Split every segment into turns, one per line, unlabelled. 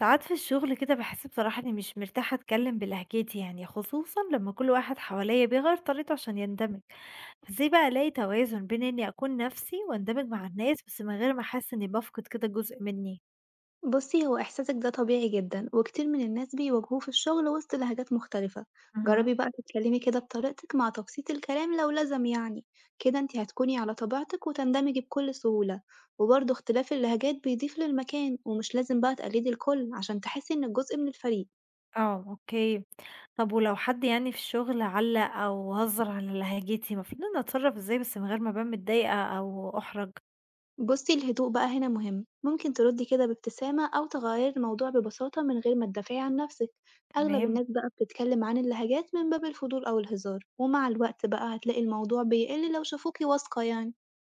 ساعات في الشغل كده بحس بصراحة إني مش مرتاحة أتكلم بلهجتي يعني خصوصا لما كل واحد حواليا بيغير طريقته عشان يندمج. فازاي بقى ألاقي توازن بين إني أكون نفسي وأندمج مع الناس بس من غير ما أحس إني بفقد كده جزء مني؟
بصي، هو إحساسك ده طبيعي جدًا، وكتير من الناس بيواجهوه في الشغل وسط لهجات مختلفة.
مهم.
جربي بقى تتكلمي كده بطريقتك مع تبسيط الكلام لو لزم يعني. كده أنتِ هتكوني على طبيعتك وتندمجي بكل سهولة، وبرضه اختلاف اللهجات بيضيف للمكان، ومش لازم بقى تقلدي الكل عشان تحسي إنك جزء من الفريق.
اه اوكي. طب ولو حد يعني في الشغل علق أو هزر على لهجتي المفروض إني أتصرف ازاي بس من غير ما أبان متضايقة أو أحرج؟
بُصّي، الهدوء بقى هنا مهم. ممكن تردي كده بابتسامة أو تغيّري الموضوع ببساطة من غير ما تدافعي عن نفسِك. أغلب
تمام.
الناس بقى بتتكلم عن اللهجات من باب الفضول أو الهزار، ومع الوقت بقى هتلاقي الموضوع بيقل لو شافوكِ واثقة يعني.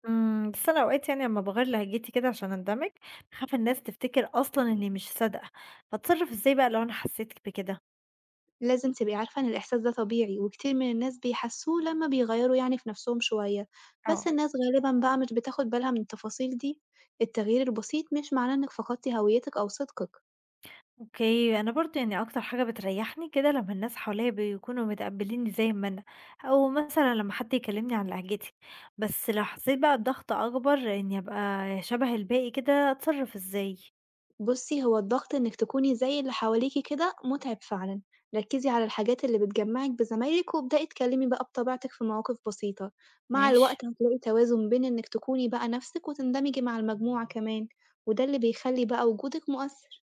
بس أنا أوقات يعني أمّا باغيّر لهجتي كده عشان أندمج، باخاف الناس تفتكر أصلًا إني مش صادقة، فاتصرّف إزاي بقى لو أنا حسّيت بكده؟
لازم تبقي عارفة إن الإحساس ده طبيعي، وكتير من الناس بيحسّوه لمّا بيغيّروا يعني في نفسهم شوية. بس
آه.
الناس غالبًا بقى مش بتاخد بالها من التفاصيل دي. التغيير البسيط مش معناه إنِك فقدتِ هويتِك أو صدقِك.
أوكي، أنا برضه يعني أكتر حاجة بتريّحني كده لمّا الناس حواليّا بيكونوا متقبّلينّي زي ما أنا، أو مثلًا لمّا حد يكلّمني عن لهجتي، بس لو حسّيت بقى بضغط أكبر إني أبقى شبه الباقي كده، أتصرّف إزاي؟
بُصّي، هو الضغط إنِّك تكوني زي اللي حواليكِ كده مُتعِب فعلًا. ركّزي على الحاجات اللي بتجمّعِك بزمايلِك، وابدئي اتكلّمي بقى بطبيعتِك في مواقف بسيطة. مع
ماشي.
الوقت هتلاقي توازن بين إنِّك تكوني بقى نَفْسِك وتندمجي مع المجموعة كمان، وده اللي بيخلّي بقى وجودِك مؤثّر.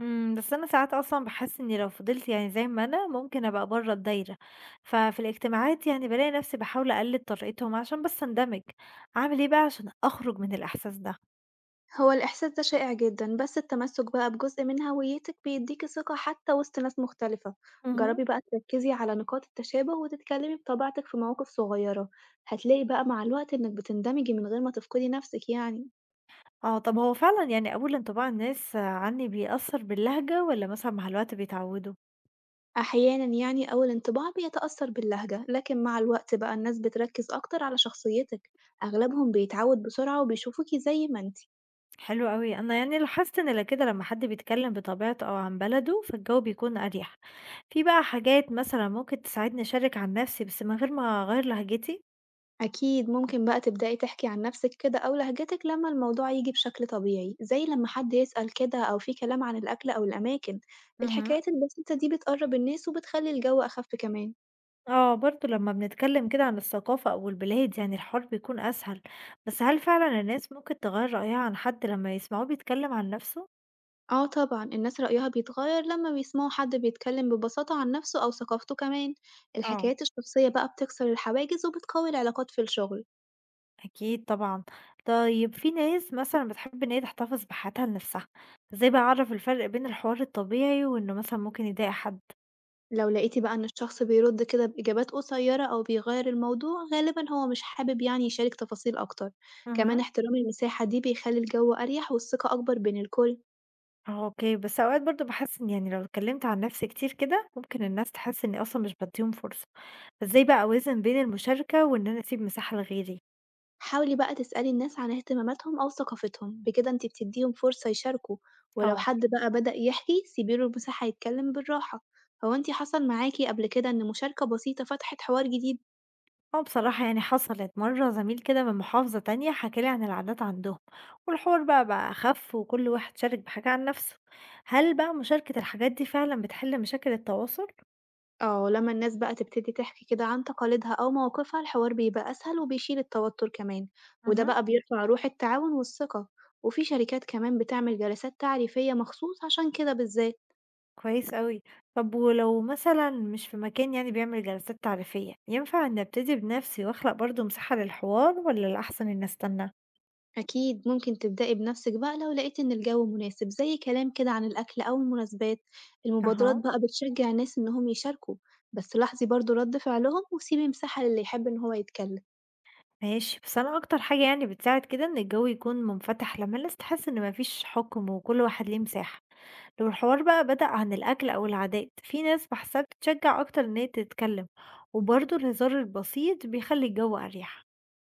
بس أنا ساعات أصلًا باحس إني لو فضلت يعني زي ما أنا، ممكن أبقى برّه الدايرة، ففي الاجتماعات يعني بالاقي نفسي باحاول أقلد طريقتهم عشان بس أندمج، أعمل إيه بقى عشان أخرج من الإحساس ده؟
هو الإحساس ده شائع جدًا، بس التمسّك بقى بجزء من هويتِك بيدّيكِ ثقة حتى وسط ناس مختلفة.
اهم.
جرّبي بقى تركّزي على نقاط التشابه، وتتكلّمي بطبيعتِك في مواقف صغيّرة. هتلاقي بقى مع الوقت إنِّك بتندمجي من غير ما تفقدي نَفْسِك يعني.
آه، طب هو فعلًا يعني أول انطباع الناس عني بيأثّر باللهجة والّا مثلًا مع الوقت بيتعودوا؟
أحيانًا يعني أول انطباع بيتأثر باللهجة، لكن مع الوقت بقى الناس بتركز أكتر على شخصيتك. أغلبهم بيتعود بسرعة وبيشوفوكي زي ما انتِ.
حلو أوي، أنا يعني لاحظت إن ل كده لمّا حد بيتكلم بطبيعته أو عن بلده، فالجو بيكون أريح. في بقى حاجات مثلًا ممكن تساعدني أشارك عن نفسي بس من غير ما أغيّر لهجتي؟
أكيد ممكن بقى تبدأي تحكي عن نفسك كده أو لهجتك لما الموضوع يجي بشكل طبيعي، زي لما حد يسأل كده أو في كلام عن الأكل أو الأماكن.
اهم.
الحكايات البسيطة دي بتقرب الناس وبتخلي الجو أخف كمان.
آه، برضه لمّا بنتكلم كده عن الثقافة أو البلاد يعني الحوار بيكون أسهل، بس هل فعلًا الناس ممكن تغيّر رأيها عن حد لمّا يسمعوه بيتكلم عن نفسه؟
آه، طبعًا الناس رأيها بيتغير لما بيسمعوا حد بيتكلم ببساطة عن نفسه أو ثقافته كمان.
آه،
الحكايات الشخصية بقى بتكسر الحواجز وبتقوي العلاقات في الشغل.
أكيد طبعًا. طيب في ناس مثلًا بتحب إن هي تحتفظ بحياتها لنفسها، إزاي بقى أعرف الفرق بين الحوار الطبيعي وإنه مثلًا ممكن يضايق حد؟
لو لقيتي بقى إن الشخص بيرد كده بإجابات قصيرة أو بيغير الموضوع، غالبا هو مش حابب يعني يشارك تفاصيل أكتر. كمان
اهم.
احترام المساحة دي بيخلي الجو أريح والثقة أكبر بين الكل.
آه، أوكي، بس أوقات برضه باحس إن يعني لو اتكلمت عن نفسي كتير كده، ممكن الناس تحس إني أصلًا مش بادّيهم فرصة، فإزاي بقى أوازن بين المشاركة وإن أنا أسيب مساحة لغيري؟
حاولي بقى تسألي الناس عن اهتماماتهم أو ثقافتهم، بكده انتي بتديهم فرصة يشاركوا، ولو
آه.
حد بقى بدأ يحكي سيبيله المساحة يتكلم بالراحة. هو انتي حصل معاكي قبل كده إن مشاركة بسيطة فتحت حوار جديد؟
آه بصراحة يعني حصلت مرة زميل كده من محافظة تانية حكالي عن العادات عندهم، والحوار بقى أخف وكل واحد شارك بحاجة عن نفسه. هل بقى مشاركة الحاجات دي فعلا بتحل مشاكل التواصل؟
آه، لمّا الناس بقى تبتدي تحكي كده عن تقاليدها أو مواقفها، الحوار بيبقى أسهل وبيشيل التوتر كمان. وده
مهم.
بقى بيرفع روح التعاون والثقة، وفي شركات كمان بتعمل جلسات تعريفية مخصوص عشان كده بالذات.
كويس قوي. طب ولو مثلا مش في مكان يعني بيعمل جلسات تعريفية ينفع اني ابتدي بنفسي واخلق برضو مساحة للحوار ولا الأحسن اني استنى؟
أكيد ممكن تبدأي بنفسك بقى لو لقيتِ إن الجو مناسب، زي كلام كده عن الأكل أو المناسبات. المبادرات
اها.
بقى بتشجع الناس إنهم يشاركوا، بس لاحظي برضه رد فعلهم وسيبي مساحة للي يحب إن هو يتكلم.
ماشي، بس انا اكتر حاجة يعني بتساعد كده ان الجو يكون منفتح لما الناس تحس ان مفيش حكم وكل واحد ليه مساحة. لو الحوار بقى بدأ عن الأكل أو العادات في ناس بحسها بتشجع أكتر إن هي تتكلم، وبرضه الهزار البسيط بيخلي الجو أريح.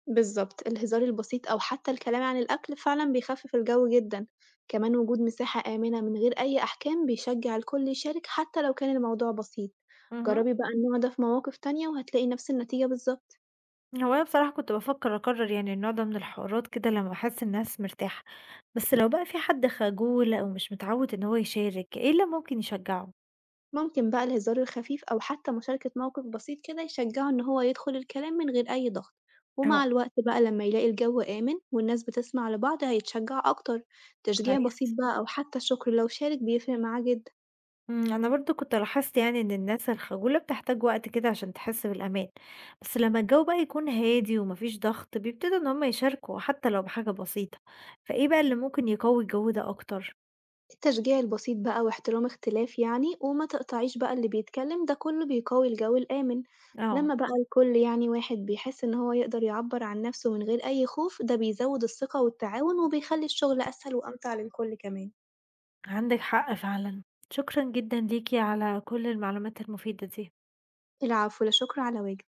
بالضبط، الهزار البسيط أو حتى الكلام عن الأكل فعلًا بيخفف الجو جدًا. كمان وجود مساحة آمنة من غير أي أحكام بيشجع الكل يشارك حتى لو كان الموضوع بسيط.
مهم.
جربي بقى النوع ده في مواقف تانية وهتلاقي نفس النتيجة بالضبط.
هو أنا بصراحة كنت بفكر أكرر يعني النوع ده من الحوارات كده لما أحس الناس مرتاحة، بس لو بقى في حد خجول أو مش متعود إن هو يشارك إيه اللي ممكن يشجعه؟
ممكن بقى الهزار الخفيف أو حتى مشاركة موقف بسيط كده يشجعه إن هو يدخل الكلام من غير أي ضغط، ومع
أهو.
الوقت بقى لما يلاقي الجو آمن والناس بتسمع لبعض هيتشجع أكتر. تشجيع بسيط
كويس.
بقى أو حتى الشكر لو شارك بيفرق معاه جدًا.
أنا برضه كنت لاحظت يعني إن الناس الخجولة بتحتاج وقت كده عشان تحس بالأمان، بس لمّا الجو بقى يكون هادي وما فيش ضغط بيبتدوا إن هم يشاركوا حتى لو بحاجة بسيطة، فإيه بقى اللي ممكن يقوي الجو ده أكتر؟
التشجيع البسيط بقى واحترام اختلاف يعني، وما تقطعيش بقى اللي بيتكلم، ده كله بيقوي الجو الآمن.
آه،
لما بقى الكل يعني واحد بيحس إن هو يقدر يعبر عن نفسه من غير أي خوف، ده بيزود الثقة والتعاون وبيخلي الشغل أسهل وأمتع للكل كمان.
عندِك حق فعلًا. شكرًا جدًا ليكِ على كل المعلومات المفيدة دي.
العفو، لا شكر على واجب.